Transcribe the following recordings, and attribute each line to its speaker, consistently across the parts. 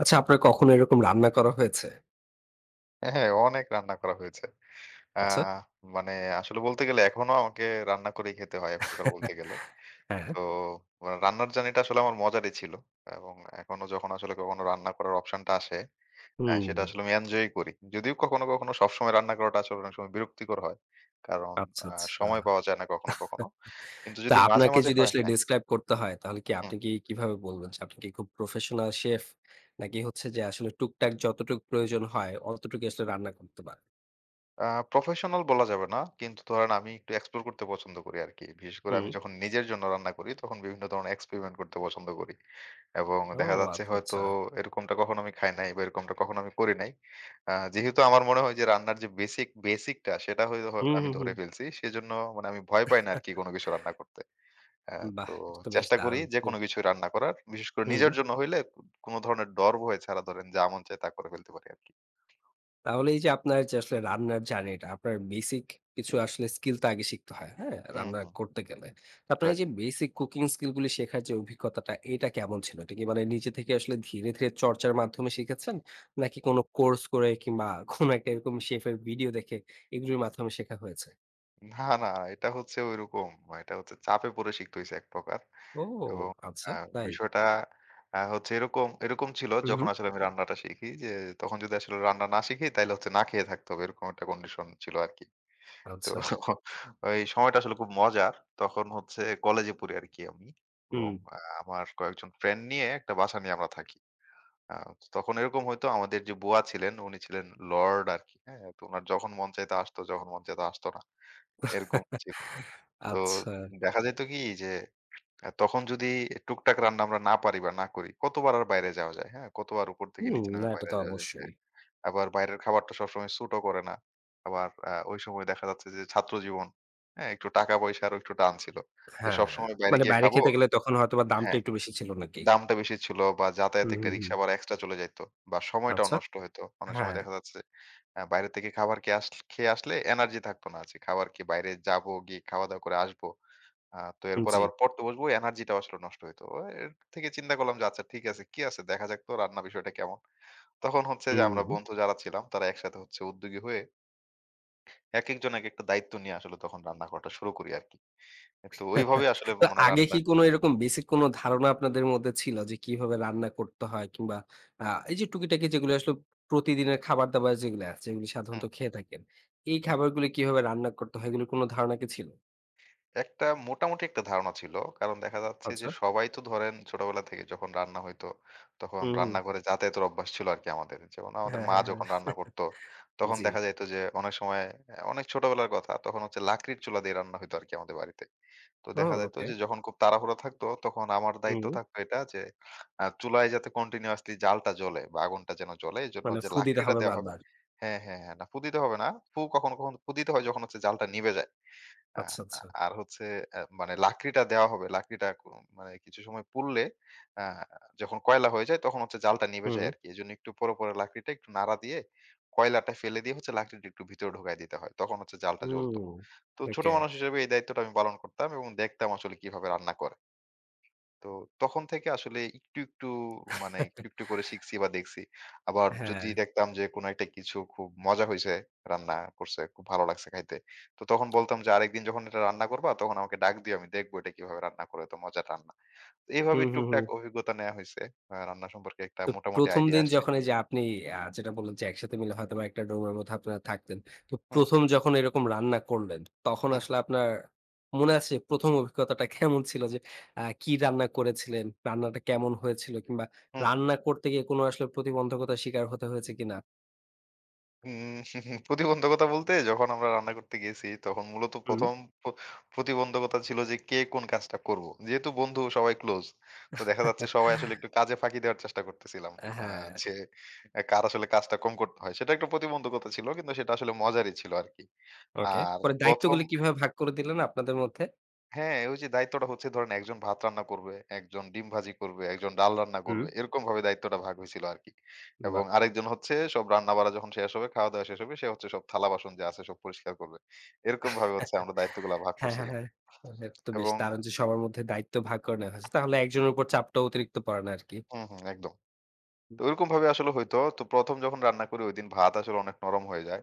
Speaker 1: আচ্ছা, আপনার কখনো এরকম রান্না করা হয়েছে?
Speaker 2: হ্যাঁ, অনেক রান্না করা হয়েছে। আ
Speaker 1: আচ্ছা।
Speaker 2: মানে আসলে বলতে গেলে এখনো আমাকে রান্না করেই খেতে হয় একপ্রকার বলতে গেলে।
Speaker 1: হ্যাঁ।
Speaker 2: তো মানে রান্নার জার্নিটা আসলে আমার মজারই ছিল। এবং এখনো যখন আসলে কখনো রান্না করার অপশনটা আসে,
Speaker 1: হুম।
Speaker 2: সেটা আসলে আমি এনজয় করি। যদিও কখনো, কখনো সবসময় রান্না করাটা আসলে অনেক সময় বিরক্তিকর হয়। কারণ
Speaker 1: আচ্ছা,
Speaker 2: আ
Speaker 1: আচ্ছা।
Speaker 2: সময় পাওয়া যায় না কখনো, কখনো। কিন্তু
Speaker 1: তা
Speaker 2: যদি মাঝে,
Speaker 1: আপনাকে
Speaker 2: মাঝে
Speaker 1: যদি
Speaker 2: হয়
Speaker 1: আসলে
Speaker 2: হ্যাঁ,
Speaker 1: describe করতে হয়, তাহলে কি
Speaker 2: হুম।
Speaker 1: আপনি কি কিভাবে বলবেন যে আপনি কি খুব প্রফেশনাল শেফ? নাকি হচ্ছে যে আসলে টুকটাক যতটুকু প্রয়োজন হয়, অতটুকুই আসলে রান্না করতে পারেন?
Speaker 2: আ প্রফেশনাল বলা যাবে না। কিন্তু ধরেন আমি একটু এক্সপ্লোর করতে পছন্দ করি আরকি। বিশেষ করে
Speaker 1: হুম।
Speaker 2: আমি যখন নিজের জন্য রান্না করি তখন বিভিন্ন ধরনের এক্সপেরিমেন্ট করতে পছন্দ করি। এবং
Speaker 1: ও
Speaker 2: দেখা যাচ্ছে
Speaker 1: আচ্ছা,
Speaker 2: হয়তো
Speaker 1: আচ্ছা।
Speaker 2: এরকমটা কখনো আমি খাই নাই বা এরকমটা কখনো আমি করি নাই। যেহেতু আমার মনে হয় যে রান্নার যে বেসিকটা সেটা হয়তো
Speaker 1: হুম,
Speaker 2: আমি
Speaker 1: হুম,
Speaker 2: ধরে
Speaker 1: হুম।
Speaker 2: ফেলছি। সেজন্য মানে আমি ভয় পাই না আরকি কোনো কিছু রান্না করতে। হ্যাঁ, তো
Speaker 1: বাহ! এটা তো বেশ
Speaker 2: চেষ্টা করি
Speaker 1: দারুণ। হুম।
Speaker 2: যেকোনো কিছুই রান্না করার। বিশেষ করে
Speaker 1: হুম।
Speaker 2: নিজের জন্য হইলে কোনো ধরনের ডর ভয় ছাড়া ধরেন যা মন চায় তা করে ফেলতে পারি আরকি।
Speaker 1: তাহলে এই যে আপনার যে আসলে রান্নার জার্নিটা, আপনার বেসিক কিছু আসলে স্কিল তো আগে শিখতে হয়, হ্যাঁ?
Speaker 2: হুম,
Speaker 1: রান্না
Speaker 2: হুম।
Speaker 1: করতে গেলে। তো আপনার এই
Speaker 2: রাইট।
Speaker 1: যে বেসিক কুকিং স্কিল গুলি শেখার যে অভিজ্ঞতাটা, এটা কেমন ছিল? এটা কি মানে নিজে থেকে আসলে ধীরে, ধীরে চর্চার মাধ্যমে শিখেছেন? নাকি কোনো কোর্স করে কিংবা কোনো একটা এরকম শেফের ভিডিও দেখে এগুলোর মাধ্যমে শেখা হয়েছে?
Speaker 2: না, না, এটা হচ্ছে ঐরকম। এটা হচ্ছে চাপে পড়ে শিখতে হইছে এক প্রকার।
Speaker 1: ও!
Speaker 2: এবং আ
Speaker 1: আচ্ছা, তাই?
Speaker 2: বিষয়টা হচ্ছে এরকম ছিল
Speaker 1: হুম,
Speaker 2: যখন
Speaker 1: হুম।
Speaker 2: আসলে আমি রান্নাটা শিখি যে, তখন যদি আসলে রান্না না শিখি তাইলে হচ্ছে না খেয়ে থাকতে হবে। এরকম একটা কন্ডিশন ছিল আরকি। তো
Speaker 1: আচ্ছা।
Speaker 2: ওই সময়টা আসলে খুব মজার। তখন হচ্ছে কলেজে পড়ি আরকি আমি।
Speaker 1: হুম।
Speaker 2: এবং আমার কয়েকজন ফ্রেন্ড নিয়ে একটা বাসা নিয়ে আমরা থাকি। আ তখন এরকম হয়তো আমাদের যে বুয়া ছিলেন উনি ছিলেন লর্ড আরকি। হ্যাঁ? তো উনার যখন মন চাইতো আসতো, যখন মন চাইতো আসতো না। এরকম ছিল। তো
Speaker 1: আচ্ছা।
Speaker 2: দেখা যেত কি যে তখন যদি টুকটাক রান্না আমরা না পারি বা না করি, কতবার আর বাইরে যাওয়া যায়, হ্যাঁ? কতবার উপর থেকে
Speaker 1: হুম,
Speaker 2: নিচে
Speaker 1: না
Speaker 2: নামে
Speaker 1: এটা
Speaker 2: বাইরে
Speaker 1: তো
Speaker 2: যাওয়া যায়,
Speaker 1: অবশ্যই।
Speaker 2: হ্যাঁ? আবার বাইরের খাবারটা সবসময় স্যুটও করে না। আবার ওই সময় দেখা যাচ্ছে যে ছাত্রজীবন, হ্যাঁ? একটু টাকা-পয়সারও একটু টান ছিল। যে
Speaker 1: হ্যাঁ,
Speaker 2: সবসময় বাইরে
Speaker 1: মানে
Speaker 2: গিয়ে
Speaker 1: বাইরে
Speaker 2: খাবো
Speaker 1: খেতে গেলে তখন হয়তোবা দামটা
Speaker 2: হ্যাঁ,
Speaker 1: একটু বেশি ছিল নাকি?
Speaker 2: দামটা বেশি ছিল বা যাতায়াতে
Speaker 1: হুম,
Speaker 2: একটা
Speaker 1: হুম, হুম।
Speaker 2: রিক্সা ভাড়া এক্সট্রা চলে যাইত বা সময়টাও
Speaker 1: আচ্ছা।
Speaker 2: নষ্ট হইতো। অনেক সময়
Speaker 1: হ্যাঁ,
Speaker 2: দেখা যাচ্ছে বাইরে থেকে খাবার খেয়ে আসলে এনার্জি থাকতো না যে খাবার খেয়ে বাইরে যাবো, গিয়ে খাওয়া-দাওয়া করে আসবো। তো এরপর
Speaker 1: জি।
Speaker 2: আবার পড়তে বসবো, এনার্জিটাও আসলে নষ্ট হইতো। ও এর থেকে চিন্তা করলাম যে আচ্ছা ঠিক আছে, কি আছে দেখা যাক তো রান্না বিষয়টা কেমন। তখন হচ্ছে যে আমরা
Speaker 1: হুম।
Speaker 2: বন্ধু যারা ছিলাম তারা একসাথে হচ্ছে উদ্যোগী হয়ে একেকজন একেকটা দায়িত্ব নিয়ে আসলে তখন রান্না করাটা শুরু করি আরকি। তো ওইভাবে আসলে
Speaker 1: তো
Speaker 2: মানে
Speaker 1: আগে কি
Speaker 2: রান্না
Speaker 1: কোনো এরকম বেসিক কোনো ধারণা আপনাদের মধ্যে ছিল যে কিভাবে রান্না করতে হয়? কিংবা এই যে টুকিটাকি যেগুলো আসলে প্রতিদিনের খাবার-দাবার যেগুলো আছে, যেগুলো
Speaker 2: হুম,
Speaker 1: সাধারণত খেয়ে থাকেন, এই
Speaker 2: হুম।
Speaker 1: খাবারগুলো কিভাবে রান্না করতে হয় এগুলোর কোনো ধারণা কি ছিল?
Speaker 2: মোটামুটি একটা ধারণা ছিল। কারণ দেখা যাচ্ছে যে
Speaker 1: আচ্ছা।
Speaker 2: সবাই তো ধরেন ছোটবেলা থেকে যখন রান্না হইতো, তখন
Speaker 1: হুম, হুম।
Speaker 2: রান্নাঘরে যাতায়াতের অভ্যাস ছিল আরকি আমাদের। যেমন আমাদের
Speaker 1: হ্যাঁ,
Speaker 2: মা
Speaker 1: হ্যাঁ, হ্যাঁ।
Speaker 2: যখন রান্না করত, তখন
Speaker 1: জি।
Speaker 2: দেখা যাইত যে অনেক সময় অনেক ছোটবেলার কথা তখন হচ্ছে লাকড়ির চুলা দিয়ে রান্না হইতো আরকি আমাদের বাড়িতে। তো
Speaker 1: ও
Speaker 2: দেখা যাইত
Speaker 1: ওকে।
Speaker 2: যে যখন খুব তাড়াহুড়া থাকতো তখন আমার দায়িত্ব
Speaker 1: হুম।
Speaker 2: থাকতো এটা যে চুলায় যাতে কন্টিনিউয়াসলি জালটা জ্বলে বা আগুনটা যেন জ্বলে এজন্য
Speaker 1: মানে
Speaker 2: যে
Speaker 1: ফু দিতে
Speaker 2: লাকড়িটা
Speaker 1: হবে
Speaker 2: দেওয়া হবে
Speaker 1: বারবার।
Speaker 2: হ্যাঁ, হ্যাঁ, হ্যাঁ। না ফু দিতে হবে না। ফু কখনো, কখনো ফু দিতে হয় যখন হচ্ছে জালটা নিভে যায়। আ
Speaker 1: আচ্ছা,
Speaker 2: আ
Speaker 1: আচ্ছা।
Speaker 2: আর হচ্ছে মানে লাকড়িটা দেওয়া হবে। লাকড়িটা কো মানে কিছু সময় পুড়লে আ যখন কয়লা হয়ে যায় তখন হচ্ছে জালটা নিভে
Speaker 1: হুম।
Speaker 2: যায় আরকি। এজন্য একটু পরে, পরে লাকড়িটা একটু নাড়া দিয়ে কয়লাটা ফেলে দিয়ে হচ্ছে লাকড়িটা একটু ভিতরে ঢোকায় দিতে হয়। তখন হচ্ছে জালটা জ্বলত।
Speaker 1: হুম।
Speaker 2: তো ছোট
Speaker 1: ওকে।
Speaker 2: মানুষ হিসেবে এই দায়িত্বটা আমি পালন করতাম এবং দেখতাম আসলে কিভাবে রান্না করে। তো তখন থেকে আসলে একটু, একটু করে শিখছি বা দেখছি। আবার যদি
Speaker 1: হ্যাঁ।
Speaker 2: দেখতাম যে কোনো একটা কিছু খুব মজা হইছে, রান্না করছে, খুব ভালো লাগছে খাইতে। তো তখন বলতাম যে, "আরেকদিন যখন এটা রান্না করবা তখন আমাকে ডাক দিও, আমি দেখবো এটা কিভাবে রান্না করে, এত মজার রান্না।" তো এভাবে
Speaker 1: হুম, হুম, হুম।
Speaker 2: টুকটাক অভিজ্ঞতা নেয়া হইছে। রান্না সম্পর্কে একটা
Speaker 1: তো
Speaker 2: মোটামুটি
Speaker 1: ১ম
Speaker 2: আইডিয়া
Speaker 1: দিন
Speaker 2: আসছে।
Speaker 1: যখন এই যে আপনি যেটা বললেন যে একসাথে মিলে হয়তোবা একটা রুমের মধ্যে আপনারা থাকতেন। তো
Speaker 2: হুম,
Speaker 1: ১ম যখন এরকম রান্না করলেন, তখন
Speaker 2: হুম,
Speaker 1: আসলে আপনার মনে আছে ১ম অভিজ্ঞতাটা কেমন ছিল? যে কি রান্না করেছিলেন? রান্নাটা কেমন হয়েছিল? কিংবা
Speaker 2: হুম।
Speaker 1: রান্না করতে গিয়ে কোনো আসলে প্রতিবন্ধকতার শিকার হতে হয়েছে কিনা?
Speaker 2: উম প্রতিবন্ধকতা বলতে যখন আমরা রান্না করতে গেছি তখন মূলত
Speaker 1: হুম।
Speaker 2: ১ম প প্রতিবন্ধকতা ছিল যে কে কোন কাজটা করব। যেহেতু বন্ধু সবাই ক্লোজ। তো দেখা যাচ্ছে সবাই আসলে একটু কাজে ফাঁকি দেওয়ার চেষ্টা করতেছিলাম। আ
Speaker 1: হ্যাঁ,
Speaker 2: যে কার আসলে কাজটা কম করতে হয়। সেটা একটা প্রতিবন্ধকতা ছিল। কিন্তু সেটা আসলে মজারই ছিল আরকি।
Speaker 1: ওকে।
Speaker 2: আর
Speaker 1: পরে
Speaker 2: ১ম
Speaker 1: দায়িত্বগুলো কিভাবে ভাগ করে দিলেন আপনাদের মধ্যে?
Speaker 2: হ্যাঁ, ওই যে দায়িত্বটা হচ্ছে ধরেন একজন ভাত রান্না করবে, একজন ডিম ভাজি করবে, একজন ডাল রান্না
Speaker 1: হুম,
Speaker 2: করবে। এরকমভাবে দায়িত্বটা ভাগ হইছিল আরকি। এবং
Speaker 1: বাহ!
Speaker 2: আরেকজন হচ্ছে সব রান্নাবাড়া যখন শেষ হবে, খাওয়া-দাওয়া শেষ হবে, সে হচ্ছে সব থালা-বাসন যা আছে সব পরিষ্কার করবে। এরকমভাবে হচ্ছে আমরা দায়িত্বগুলা ভাগ
Speaker 1: হ্যাঁ, হ্যাঁ,
Speaker 2: করছিলাম।
Speaker 1: হ্যাঁ। এটা তো বেশ
Speaker 2: এবং
Speaker 1: দারুণ যে সবার মধ্যে দায়িত্ব ভাগ করে নেওয়া হয়েছে। তাহলে একজনের উপর চাপটা অতিরিক্ত পড়ে না আরকি।
Speaker 2: হুম, হুম, একদম। তো ওইরকমভাবে আসলে হইতো। তো ১ম যখন রান্না করি ঐদিন ভাত আসলে অনেক নরম হয়ে যায়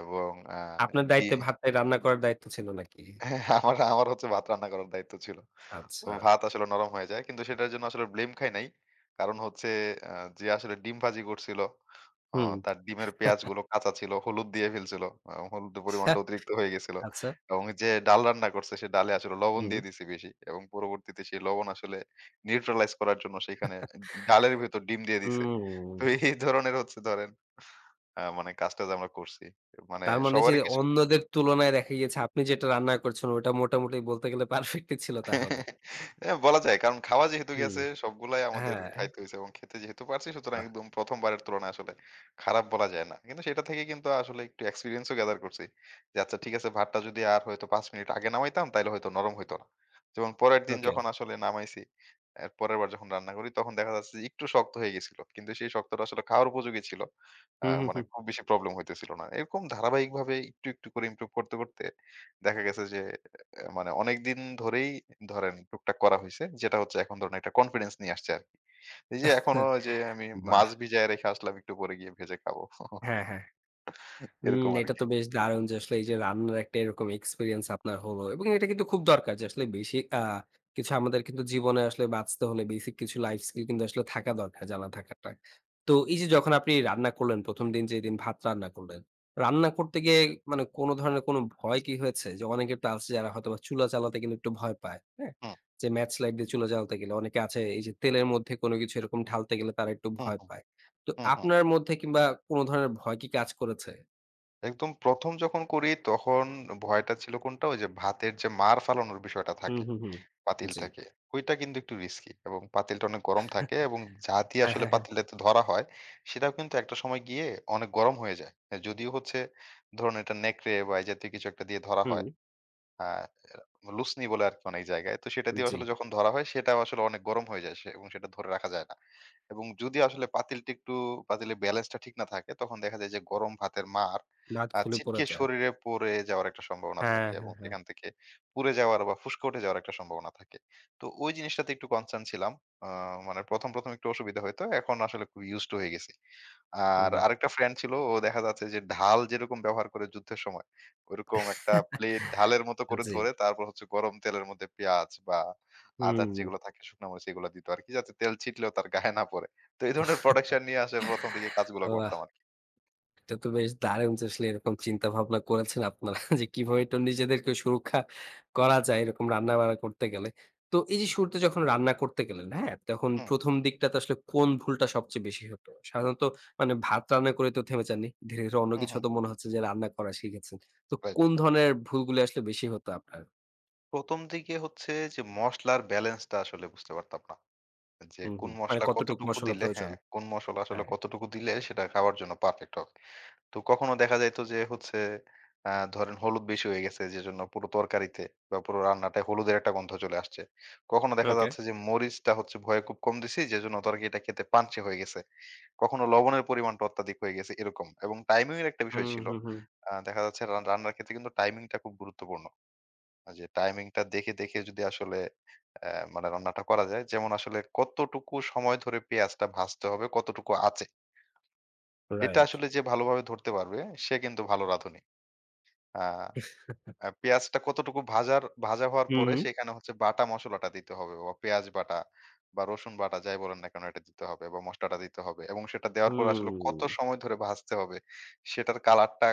Speaker 2: এবং আ
Speaker 1: আপনার
Speaker 2: ডি
Speaker 1: দায়িত্বে ভাতটাই রান্না করার দায়িত্ব ছিল নাকি?
Speaker 2: হ্যাঁ, আমার আমার হচ্ছে ভাত রান্না করার দায়িত্ব ছিল। তো
Speaker 1: আচ্ছা।
Speaker 2: ভাত আসলে নরম হয়ে যায়। কিন্তু সেটার জন্য আসলে ব্লেম খাই নাই। কারণ হচ্ছে আ যে আসলে ডিম ভাজি করছিল, অ
Speaker 1: হুম।
Speaker 2: তার ডিমের পেঁয়াজগুলো কাঁচা ছিল, হলুদ দিয়ে ফেলছিল। হলুদের পরিমাণটা অতিরিক্ত হয়ে গেছিল।
Speaker 1: আচ্ছা।
Speaker 2: এবং যে ডাল রান্না করছে সে ডালে আসলে লবণ
Speaker 1: হুম।
Speaker 2: দিয়ে দিছে বেশি। এবং পরবর্তীতে সেই লবণ আসলে নিউট্রালাইজ করার জন্য সেখানে ডালের ভেতর ডিম দিয়ে দিছে।
Speaker 1: হুম।
Speaker 2: তো এই ধরনের হচ্ছে ধরেন মানে কাজ-টাজ আমরা করছি। মানে
Speaker 1: তার মানে যে
Speaker 2: সবারই কিছু
Speaker 1: অন্যদের তুলনায় দেখা গিয়েছে আপনি যেটা রান্না করছেন ওটা মোটামুটি বলতে গেলে পারফেক্টই ছিল তাহলে।
Speaker 2: হ্যাঁ, বলা যায়। কারণ খাওয়া যেহেতু
Speaker 1: হুম।
Speaker 2: গেছে সবগুলাই
Speaker 1: হ্যাঁ।
Speaker 2: আমাদের খাইতে হইছে এবং খেতে যেহেতু পারছি সুতরাং
Speaker 1: বাহ!
Speaker 2: একদম ১ম বারের তুলনায় আসলে খারাপ বলা যায় না। কিন্তু সেটা থেকে কিন্তু আসলে একটু এক্সপেরিয়েন্স ও গেদার করছি। যে আচ্ছা ঠিক আছে ভাতটা যদি আর হয়তো ৫ মিনিট আগে নামাইতাম তাইলে হয়তো নরম হইতো না। যেমন পরের দিন
Speaker 1: ওকে।
Speaker 2: যখন আসলে নামাইছি, এর পরের বার যখন রান্না করি তখন দেখা যাচ্ছে যে একটু শক্ত হয়ে গেছিল। কিন্তু সেই শক্তটা আসলে খাওয়ার উপযোগী ছিল।
Speaker 1: হুম, হুম,
Speaker 2: মানে
Speaker 1: হুম।
Speaker 2: খুব বেশি প্রবলেম হইতেছিল না। এরকম ধারাবাহিকভাবে একটু, একটু করে ইমপ্রুভ করতে, করতে দেখা গেছে যে, মানে অনেকদিন ধরেই ধরেন টুকটাক করা হইছে। যেটা হচ্ছে এখন ধরুন একটা কনফিডেন্স নিয়ে আসছে আরকি। এই যে এখনো যে আমি মাছ
Speaker 1: বাহ!
Speaker 2: ভিজায় রেখে আসলাম একটু পরে গিয়ে ভেজে খাবো।
Speaker 1: হ্যাঁ, হ্যাঁ। হুম,
Speaker 2: এরকম
Speaker 1: এটা
Speaker 2: আরকি।
Speaker 1: তো বেশ দারুণ যে আসলে এই যে রান্নার একটা এরকম এক্সপেরিয়েন্স আপনার হলো এবং এটা কিন্তু খুব দরকার যে আসলে বেশি কিছু আমাদের কিন্তু জীবনে আসলে বাঁচতে হলে বেসিক কিছু লাইফ স্কিল কিন্তু আসলে থাকা দরকার জানা থাকাটা তো এই যে যখন আপনি রান্না করলেন প্রথম দিন যে দিন ভাত রান্না করলেন রান্না করতে গিয়ে মানে কোনো ধরনের কোনো ভয় কি হয়েছে যে অনেকের তো আছে যারা হয়তো বা চুলা চালাতে কিন্তু একটু ভয় পায় হ্যাঁ
Speaker 2: হুম,
Speaker 1: যে ম্যাচ লাইট দিয়ে চুলা জ্বালাতে গেলে অনেকে আছে এই যে তেলের মধ্যে কোনো কিছু এরকম ঢালতে গেলে তারা একটু
Speaker 2: হুম,
Speaker 1: ভয়
Speaker 2: হুম,
Speaker 1: পায় তো
Speaker 2: হুম, হুম।
Speaker 1: আপনার মধ্যে কিংবা কোনো ধরনের ভয় কি কাজ করেছে
Speaker 2: একদম ১ম যখন করি তখন ভয়টা ছিল কোনটা? ওই যে ভাতের যে মাড় ফালানোর বিষয়টা
Speaker 1: হুম,
Speaker 2: থাকে
Speaker 1: হুম, হুম।
Speaker 2: পাতিল
Speaker 1: জি।
Speaker 2: থেকে। ওইটা কিন্তু একটু রিস্কি এবং পাতিলটা অনেক গরম থাকে এবং যা দিয়ে
Speaker 1: হ্যাঁ,
Speaker 2: আসলে
Speaker 1: হ্যাঁ, হ্যাঁ।
Speaker 2: পাতিলটাতে ধরা হয় সেটাও কিন্তু একটা সময় গিয়ে অনেক গরম হয়ে যায়। যদিও হচ্ছে ধরুন এটা নেকড়ে বা এই জাতীয় কিছু একটা দিয়ে ধরা
Speaker 1: হুম,
Speaker 2: হয়। আ লুসনি বলে আরকি অনেক জায়গায়। তো সেটা দিয়ে
Speaker 1: জি।
Speaker 2: আসলে যখন ধরা হয় সেটাও আসলে অনেক গরম হয়ে যায় সে এবং সেটা ধরে রাখা যায় না। এবং যদি আসলে পাতিলটা একটু পাতিলের ব্যালেন্সটা ঠিক না থাকে তখন দেখা যায় যে গরম ভাতের মার
Speaker 1: দাঁত খুলে পড়ে
Speaker 2: ছিটকে
Speaker 1: যায়।
Speaker 2: শরীরে পড়ে যাওয়ার একটা সম্ভাবনা
Speaker 1: হ্যাঁ,
Speaker 2: থাকে এবং
Speaker 1: হ্যাঁ, হ্যাঁ।
Speaker 2: সেখান থেকে পুড়ে যাওয়ার বা ফুসকে উঠে যাওয়ার একটা সম্ভাবনা থাকে। তো ওই জিনিসটাতে একটু কনসার্ন ছিলাম। আ মানে ১ম একটু অসুবিধা হইতো। এখন আসলে খুব ইউজড টু হয়ে গেছি। আর
Speaker 1: বাহ!
Speaker 2: আরেকটা ফ্রেন্ড ছিল ও দেখা যাচ্ছে যে ঢাল যেরকম ব্যবহার করে যুদ্ধের সময়, ওইরকম একটা প্লেট ঢালের মতো করে
Speaker 1: জি।
Speaker 2: ধরে তারপর হচ্ছে গরম তেলের মধ্যে পেঁয়াজ বা আদার্স
Speaker 1: হুম।
Speaker 2: যেগুলো থাকে শুকনা মরিচ এগুলো দিত আরকি। যাতে তেল ছিটলেও তার গায়ে না পড়ে। তো এই ধরনের প্রোডাকশন নিয়ে আসার ১ম দিকে কাজগুলো
Speaker 1: বাহ!
Speaker 2: করতাম আরকি।
Speaker 1: এটা তো বেশ দারুণ যে আসলে এরকম চিন্তা ভাবনা করেছেন আপনারা যে কিভাবে একটু নিজেদেরকে সুরক্ষা করা যায় এরকম রান্না-বান্না করতে গেলে। তো এই যে শুরুতে যখন রান্না করতে গেলেন, হ্যাঁ? তখন
Speaker 2: হুম,
Speaker 1: ১ম দিকটাতে আসলে কোন ভুলটা সবচেয়ে বেশি হতো? সাধারণত মানে ভাত রান্না করে তো থেমে যাননি। ধীরে, ধীরে অন্য
Speaker 2: হুম,
Speaker 1: কিছু
Speaker 2: হুম,
Speaker 1: তো মনে হচ্ছে যে রান্না করা শিখেছেন। তো
Speaker 2: রাইট।
Speaker 1: কোন ধরনের ভুলগুলো আসলে বেশি হতো আপনার?
Speaker 2: ১ম দিকে হচ্ছে যে মসলার ব্যালেন্সটা আসলে বুঝতে পারতাম না। যে
Speaker 1: হুম,
Speaker 2: কোন
Speaker 1: হুম। মানে
Speaker 2: মসলা
Speaker 1: কতটুকু
Speaker 2: কতটুকু
Speaker 1: মসলা
Speaker 2: দিলে
Speaker 1: প্রয়োজন?
Speaker 2: হ্যাঁ, কোন মসলা আসলে
Speaker 1: হ্যাঁ।
Speaker 2: কতটুকু দিলে সেটা খাওয়ার জন্য পারফেক্ট হবে। তো কখনো দেখা যাইত যে হচ্ছে ধরেন হলুদ বেশি হয়ে গেছে যেজন্য পুরো তরকারিতে বা পুরো রান্নাটায় হলুদের একটা গন্ধ চলে আসছে। কখনো দেখা
Speaker 1: ওকে।
Speaker 2: যাচ্ছে যে মরিচটা হচ্ছে ভয়ে খুব কম দিছি যেজন্য তরকারিটা খেতে পানচে হয়ে গেছে। কখনো লবণের পরিমাণটা অত্যাধিক হয়ে গেছে এরকম। এবং টাইমিং এর একটা বিষয়
Speaker 1: হুম,
Speaker 2: ছিল।
Speaker 1: হুম, হুম।
Speaker 2: দেখা যাচ্ছে রান্নার ক্ষেত্রে কিন্তু টাইমিংটা খুব গুরুত্বপূর্ণ। যে টাইমিংটা দেখে, দেখে যদি আসলে মানে রান্নাটা করা যায়। যেমন আসলে কতটুকু সময় ধরে পেঁয়াজটা ভাজতে হবে, কতটুকু আঁচে। এটা
Speaker 1: রাইট।
Speaker 2: আসলে যে ভালোভাবে ধরতে পারবে সে কিন্তু ভালো রাঁধুনি। আ আ পেঁয়াজটা কতটুকু ভাজা হওয়ার
Speaker 1: হুম,
Speaker 2: পরে
Speaker 1: হুম।
Speaker 2: সেখানে হচ্ছে বাটা মসলাটা দিতে হবে বা পেঁয়াজ বাটা বা রসুন বাটা যাই বলেন না কেন এটা দিতে হবে এবং মসলাটা দিতে হবে এবং সেটা দেওয়ার পর আসলে কত
Speaker 1: হুম।
Speaker 2: সময় ধরে ভাজতে হবে সেটার কালারটা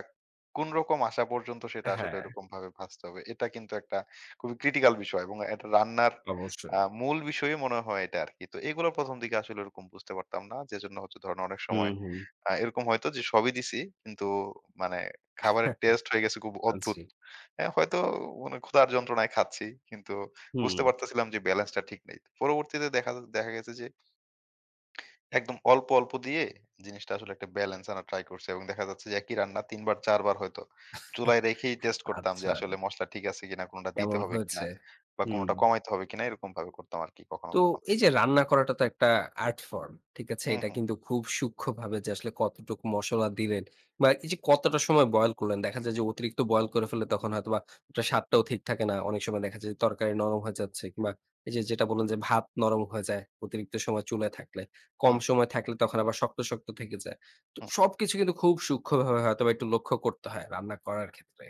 Speaker 2: কোন রকম আসা পর্যন্ত সেটা আসলে
Speaker 1: হ্যাঁ,
Speaker 2: এরকম ভাবে ভাজতে হবে এটা কিন্তু একটা খুবই ক্রিটিক্যাল বিষয় এবং এটা রান্নার
Speaker 1: অবশ্যই।
Speaker 2: মূল বিষয়ই মনে হয় এটা আর কি। তো এগুলো প্রথম দিকে আসলে এরকম বুঝতে পারতাম না যে জন্য হচ্ছে ধরেন অনেক
Speaker 1: হুম,
Speaker 2: সময়
Speaker 1: হুম।
Speaker 2: এরকম হয়তো যে সবই দিছি কিন্তু মানে খাবারের টেস্ট হয়ে গেছে খুব অদ্ভুত
Speaker 1: জি।
Speaker 2: হ্যাঁ, হয়তো মানে ক্ষুধার যন্ত্রণায় খাচ্ছি। কিন্তু
Speaker 1: হুম।
Speaker 2: বুঝতে পারতেছিলাম যে ব্যালেন্সটা ঠিক নেই। পরবর্তীতে দেখা দেখা গেছে যে একদম অল্প, অল্প দিয়ে জিনিসটা আসলে একটা ব্যালেন্স আনার ট্রাই করছি এবং দেখা যাচ্ছে যে একই রান্না ৩ বার ৪ বার হয়তো চুলায় রেখেই টেস্ট করতাম যে
Speaker 1: আচ্ছা,
Speaker 2: আসলে মসলা ঠিক আছে কিনা, কোনটা দিতে
Speaker 1: কেমন
Speaker 2: হবে কিনা
Speaker 1: হয়েছে?
Speaker 2: বা
Speaker 1: হুম।
Speaker 2: কোনটা কমাইতে হবে কিনা এরকম ভাবে করতাম আরকি কখনো,
Speaker 1: তো
Speaker 2: কখনো।
Speaker 1: এই যে রান্না করাটা তো একটা আর্ট ফর্ম। ঠিক আছে?
Speaker 2: হুম,
Speaker 1: এটা
Speaker 2: হুম,
Speaker 1: কিন্তু খুব সূক্ষ্মভাবে যে আসলে কতটুকু মসলা দিলেন বা এই যে কতটা সময় বয়েল করলেন। দেখা যায় যে অতিরিক্ত বয়েল করে ফেললে তখন হয়তোবা ওটার স্বাদটাও ঠিক থাকে না। অনেক সময় দেখা যায় যে তরকারি নরম হয়ে যাচ্ছে কিংবা এই যে যেটা বললেন যে ভাত নরম হয়ে যায় অতিরিক্ত সময় চুলায় থাকলে। কম
Speaker 2: হুম,
Speaker 1: সময় থাকলে তখন আবার শক্ত, শক্ত থেকে যায়। তো
Speaker 2: হুম,
Speaker 1: সবকিছু কিন্তু খুব সূক্ষ্মভাবে হয়তোবা একটু লক্ষ্য করতে হয় রান্না করার ক্ষেত্রে।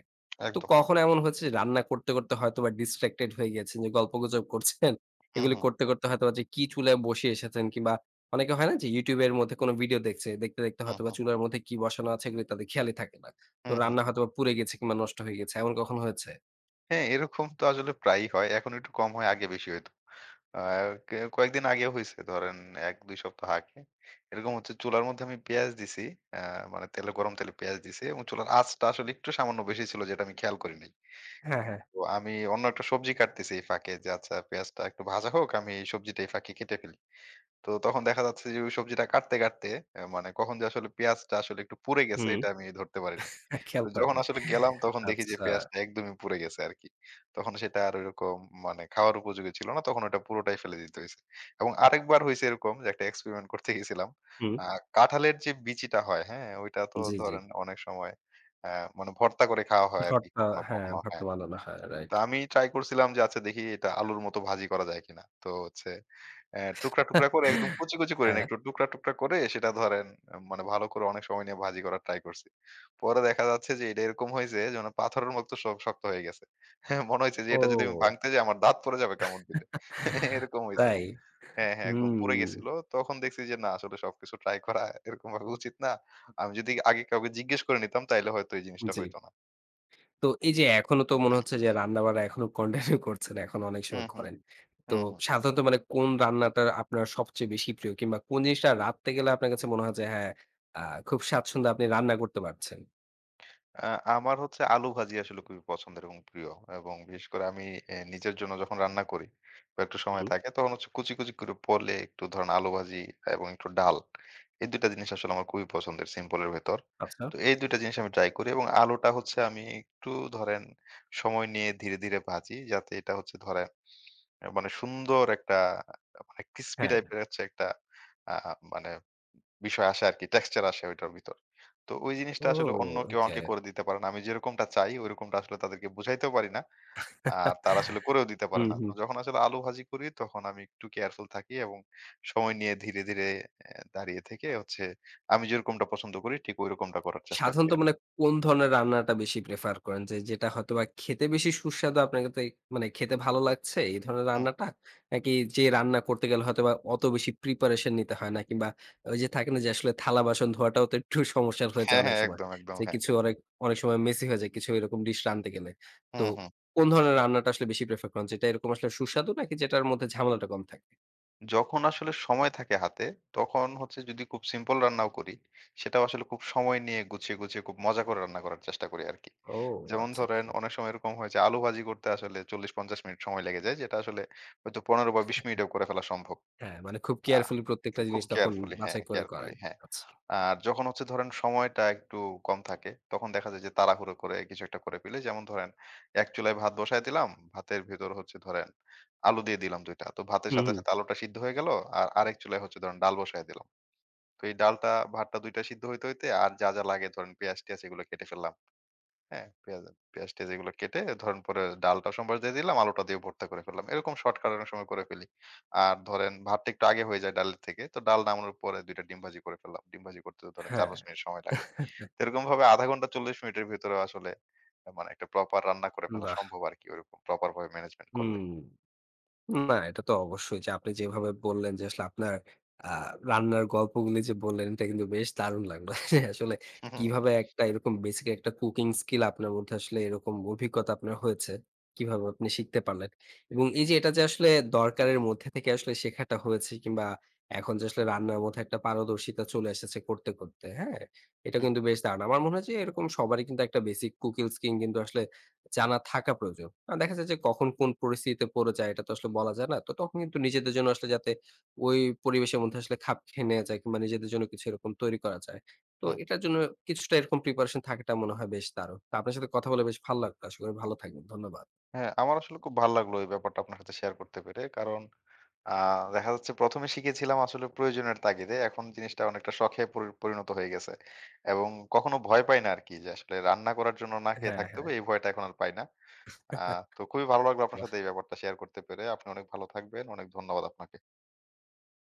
Speaker 1: তো
Speaker 2: একদম।
Speaker 1: কখনো এমন হয়েছে যে রান্না করতে, করতে হয়তোবা ডিস্ট্রাক্টেড হয়ে গিয়েছেন যে গল্পগুজব করছেন।
Speaker 2: হুম,
Speaker 1: এগুলি
Speaker 2: হুম,
Speaker 1: করতে, করতে হয়তোবা যে কি চুলায় বসিয়ে এসেছেন কিংবা অনেকে হয় না যে YouTube এর মধ্যে কোনো ভিডিও দেখছে। দেখতে, দেখতে
Speaker 2: হুম,
Speaker 1: হয়তোবা
Speaker 2: হুম,
Speaker 1: চুলার মধ্যে কি বসানো আছে এগুলি তাদের খেয়ালই থাকে না। তো
Speaker 2: হুম, হুম।
Speaker 1: রান্না হয়তোবা পুড়ে গেছে কিংবা নষ্ট হয়ে গেছে। এমন কখনো হয়েছে?
Speaker 2: হ্যাঁ, এরকম তো আসলে প্রায়ই হয়। এখন একটু কম হয়, আগে বেশি হইতো। আ কে কয়েকদিন আগে হইছে ধরেন ১-২ সপ্তাহ আগে। এরকম হচ্ছে চুলার মধ্যে আমি পেঁয়াজ দিছি। আ মানে তেলে গরম তেলে পেঁয়াজ দিছি এবং চুলার আঁচটা আসলে একটু সামান্য বেশি ছিল যেটা আমি খেয়াল করি নাই।
Speaker 1: হ্যাঁ, হ্যাঁ।
Speaker 2: তো আমি অন্য একটা সবজি কাটতেছি এই ফাঁকে যে আচ্ছা পেঁয়াজটা একটু ভাজা হোক, আমি এই সবজিটা এই ফাঁকে কেটে ফেলি। তো তখন দেখা যাচ্ছে যে ওই সবজিটা কাটতে, কাটতে মানে কখন যে আসলে পেঁয়াজটা আসলে একটু পুড়ে গেছে
Speaker 1: হুম।
Speaker 2: এটা আমি ধরতে পারি নাই। তো
Speaker 1: খেয়াল
Speaker 2: যখন
Speaker 1: করেননি।
Speaker 2: আসলে গেলাম তখন দেখি যে
Speaker 1: আচ্ছা।
Speaker 2: পেঁয়াজটা একদমই পুড়ে গেছে আরকি। তখন সেটা আর ওইরকম মানে খাওয়ার উপযোগী ছিল না। তখন ওটা পুরোটাই ফেলে দিতে হইছে। এবং আরেকবার হইছে এরকম যে একটা এক্সপেরিমেন্ট করতে গেছিলাম।
Speaker 1: হুম।
Speaker 2: আ কাঁঠালের যে বিচিটা হয়, হ্যাঁ? ওইটা তো
Speaker 1: জি, জি।
Speaker 2: ধরেন অনেক সময় অ্যা মানে ভর্তা করে খাওয়া হয় আরকি
Speaker 1: ভর্তা
Speaker 2: কখনো,
Speaker 1: হ্যাঁ,
Speaker 2: কখনো
Speaker 1: ভর্তা
Speaker 2: হ্যাঁ।
Speaker 1: বানানো হয়।
Speaker 2: তো
Speaker 1: রাইট।
Speaker 2: আমি ট্রাই করছিলাম যে আচ্ছা দেখি এটা আলুর মতো ভাজি করা যায় কিনা। তো হচ্ছে টুকরা, টুকরা করে একদম কুচি, কুচি করে না,
Speaker 1: হ্যাঁ।
Speaker 2: একটু টুকরা, টুকরা করে সেটা ধরেন মানে ভালো করে অনেক সময় নিয়ে ভাজি করার ট্রাই করছি। পরে দেখা যাচ্ছে যে এটা এরকম হইছে যেন পাথরের মতো শক্ত হয়ে গেছে। হ্যাঁ, মনে হইছে যে এটা যদি আমি
Speaker 1: ও!
Speaker 2: ভাঙতে যাই আমার দাঁত পড়ে যাবে কামড় দিলে। এরকম হইছে।
Speaker 1: তাই?
Speaker 2: হ্যাঁ, হ্যাঁ, একদম পুড়ে
Speaker 1: হুম।
Speaker 2: গেছিল। তখন দেখছি যে না আসলে সবকিছু ট্রাই করা এরকমভাবে উচিত না। আমি যদি আগে কাউকে জিজ্ঞেস করে নিতাম তাইলে হয়তো এই জিনিসটা
Speaker 1: জি।
Speaker 2: হইতো না।
Speaker 1: তো এই যে এখনো তো মনে হচ্ছে যে রান্নাবান্না এখনো কন্টিনিউ করছেন। এখন অনেক
Speaker 2: হুম,
Speaker 1: সময়
Speaker 2: হুম।
Speaker 1: করেন। তো
Speaker 2: হুম, হুম।
Speaker 1: সাধারণত মানে কোন রান্নাটা আপনার সবচেয়ে বেশি প্রিয়? কিংবা কোন জিনিসটা রাঁধতে গেলে আপনার কাছে মনে হয় যে হ্যাঁ, আ খুব স্বাচ্ছন্দ্যে আপনি রান্না করতে পারছেন?
Speaker 2: আ আমার হচ্ছে আলু ভাজি আসলে খুবই পছন্দের এবং প্রিয়। এবং বিশেষ করে আমি নিজের জন্য যখন রান্না করি বা একটু সময়
Speaker 1: হুম,
Speaker 2: থাকে তখন হচ্ছে কুচি, কুচি করে পলে একটু ধরেন আলু ভাজি এবং একটু ডাল। এই ২ টা জিনিস আসলে আমার খুবই পছন্দের সিম্পল এর ভেতর।
Speaker 1: আচ্ছা।
Speaker 2: তো এই ২ টা জিনিস আমি ট্রাই করি এবং আলুটা হচ্ছে আমি একটু ধরেন সময় নিয়ে ধীরে, ধীরে ভাজি যাতে এটা হচ্ছে ধরেন আহ, মানে সুন্দর একটা আহ, মানে ক্রিসপি
Speaker 1: হ্যাঁ।
Speaker 2: টাইপের হচ্ছে একটা আ মানে বিষয় আসে আরকি। টেক্সচার আসে ওইটার ভিতর। তো ওই জিনিসটা
Speaker 1: ও
Speaker 2: আসলে অন্য কেউ
Speaker 1: ওকে।
Speaker 2: আমাকে করে দিতে পারে না। আমি যেরকমটা চাই ওইরকমটা আসলে তাদেরকে বুঝাইতেও পারি না। আর তারা আসলে করেও দিতে পারে
Speaker 1: হুম,
Speaker 2: না। তো
Speaker 1: হুম।
Speaker 2: যখন আসলে আলু ভাজি করি তখন আমি একটু কেয়ারফুল থাকি এবং সময় নিয়ে ধীরে, ধীরে দাঁড়িয়ে থেকে হচ্ছে আমি যেরকমটা পছন্দ করি ঠিক ঐরকমটা করার চেষ্টা করি
Speaker 1: সাধারণত
Speaker 2: আরকি।
Speaker 1: মানে কোন ধরনের রান্নাটা বেশি প্রেফার করেন? যে যেটা হয়তোবা খেতে বেশি সুস্বাদু আপনাকে তে মানে খেতে ভালো লাগছে এই ধরনের
Speaker 2: হুম।
Speaker 1: রান্নাটা? নাকি যে রান্না করতে গেলে হয়তোবা অত বেশি প্রিপারেশন নিতে হয় না কিংবা ওই যে থাকে না যে আসলে থালা বাসন ধোয়াটাও তো একটু সমস্যার হয়ে যায়
Speaker 2: হ্যাঁ,
Speaker 1: অনেক
Speaker 2: হ্যাঁ।
Speaker 1: সময়।
Speaker 2: একদম, একদম।
Speaker 1: যে
Speaker 2: হ্যাঁ।
Speaker 1: কিছু অনেক অনেক সময় মেসি হয়ে যায় কিছু এরকম ডিশ রাঁধতে গেলে। তো
Speaker 2: হুম, হুম।
Speaker 1: কোন ধরনের রান্নাটা আসলে বেশি প্রেফার করেন? যেটা এরকম আসলে সুস্বাদু নাকি যেটার মধ্যে ঝামেলাটা কম থাকে?
Speaker 2: যখন আসলে সময় থাকে হাতে তখন হচ্ছে যদি খুব সিম্পল রান্নাও করি, সেটাও আসলে খুব সময় নিয়ে গুছিয়ে, গুছিয়ে খুব মজা করে রান্না করার চেষ্টা করি আরকি।
Speaker 1: ও
Speaker 2: যেমন
Speaker 1: আচ্ছা,
Speaker 2: ধরেন
Speaker 1: আচ্ছা।
Speaker 2: অনেক সময় এরকম হয় যে আলু ভাজি করতে আসলে ৪০-৫০ মিনিট সময় লেগে যায়। যেটা আসলে হয়তো ১৫ বা ২০ মিনিটেও করে ফেলা সম্ভব।
Speaker 1: হ্যাঁ, মানে খুব
Speaker 2: আ
Speaker 1: কেয়ারফুলি প্রত্যেকটা
Speaker 2: খুব
Speaker 1: জিনিস তখন
Speaker 2: কেয়ারফুলি হ্যাঁ,
Speaker 1: বাছাই করে করেন।
Speaker 2: কেয়ারফুলি হ্যাঁ।
Speaker 1: আচ্ছা।
Speaker 2: আর যখন হচ্ছে ধরেন সময়টা একটু কম থাকে তখন দেখা যায় যে তাড়াহুড়ো করে কিছু একটা করে ফেলি। যেমন ধরেন ১ চুলায় ভাত বসায় দিলাম। ভাতের ভেতর হচ্ছে ধরেন আলু দিয়ে দিলাম ২ টা। তো ভাতের
Speaker 1: হুম,
Speaker 2: সাথে,
Speaker 1: হুম।
Speaker 2: সাথে আলুটা সিদ্ধ হয়ে গেল। আর আরেক চুলায় হচ্ছে ধরেন ডাল বসায় দিলাম। তো এই ডালটা ভাতটা ২ টা সিদ্ধ হইতে, হইতে আর যা, যা লাগে ধরেন পেঁয়াজ-টেয়াজ এগুলো কেটে ফেললাম। হ্যাঁ, পেঁয়াজ-টেয়াজ এগুলো কেটে ধরেন পরে ডালটা সম্বার দিয়ে দিলাম, আলুটা দিয়ে ভর্তা করে ফেললাম। এরকম শর্টকাট অনেক সময় করে ফেলি। আর ধরেন ভাতটা একটু আগে হয়ে যায় ডালের থেকে। তো ডাল নামানোর পরে ২ টা ডিম ভাজি করে ফেললাম। ডিম ভাজি করতে তো ধরেন
Speaker 1: হ্যাঁ।
Speaker 2: ৪-৫ মিনিট সময় লাগে। তো এরকমভাবে ০.৫ ঘন্টা ৪০ মিনিটের ভিতরে আসলে মানে একটা প্রপার রান্না করে ফেলা
Speaker 1: বাহ!
Speaker 2: সম্ভব আরকি ওরকম প্রপার ভাবে ম্যানেজমেন্ট করলে।
Speaker 1: হুম। না, এটা তো অবশ্যই যে আপনি যেভাবে বললেন যে আসলে আপনার আ রান্নার গল্পগুলি যে বললেন এটা কিন্তু বেশ দারুণ লাগলো। যে আসলে
Speaker 2: হুম, হুম,
Speaker 1: কিভাবে একটা এরকম বেসিক একটা কুকিং স্কিল আপনার মধ্যে আসলে এরকম অভিজ্ঞতা আপনার হয়েছে। কিভাবে আপনি শিখতে পারলেন। এবং এই যে এটা যে আসলে দরকারের মধ্যে থেকে আসলে শেখাটা হয়েছে কিংবা এখন যে আসলে রান্নার মধ্যে একটা পারদর্শিতা চলে এসেছে করতে, করতে। হ্যাঁ? এটা
Speaker 2: হুম,
Speaker 1: কিন্তু বেশ দারুণ। আমার মনে হয় যে এরকম সবারই কিন্তু একটা বেসিক কুকিং স্কিল কিন্তু আসলে জানা থাকা প্রয়োজন। দেখা যায় যে কখন কোন পরিস্থিতিতে পড়ে যায় এটা তো আসলে বলা যায় না। তো তখন কিন্তু নিজেদের জন্য আসলে যাতে ওই পরিবেশের মধ্যে আসলে খাপ খেয়ে নেয়া যায় কিংবা নিজেদের জন্য কিছু এরকম তৈরি করা যায়। তো
Speaker 2: হুম।
Speaker 1: এটার জন্য কিছুটা এরকম প্রিপারেশন থাকাটা মনে হয় বেশ দারুণ। তো আপনার সাথে কথা বলে বেশ ভালো লাগলো। আশা করি ভালো থাকবেন। ধন্যবাদ।
Speaker 2: হ্যাঁ, আমার আসলে খুব ভাল লাগলো এই ব্যাপারটা আপনার সাথে শেয়ার করতে পেরে। কারণ আ দেখা যাচ্ছে ১ম এ শিখেছিলাম আসলে প্রয়োজনের তাগিদে। এখন জিনিসটা অনেকটা শখে পরিণত হয়ে গেছে। এবং কখনো ভয় পাই না আরকি যে আসলে রান্না করার জন্য না খেয়ে
Speaker 1: হ্যাঁ,
Speaker 2: থাকতে হবে
Speaker 1: হ্যাঁ।
Speaker 2: এই ভয়টা এখন আর পাই না। আ তো খুবই ভালো লাগলো আপনার সাথে এই ব্যাপারটা শেয়ার করতে পেরে। আপনি অনেক ভালো থাকবেন। অনেক ধন্যবাদ আপনাকে।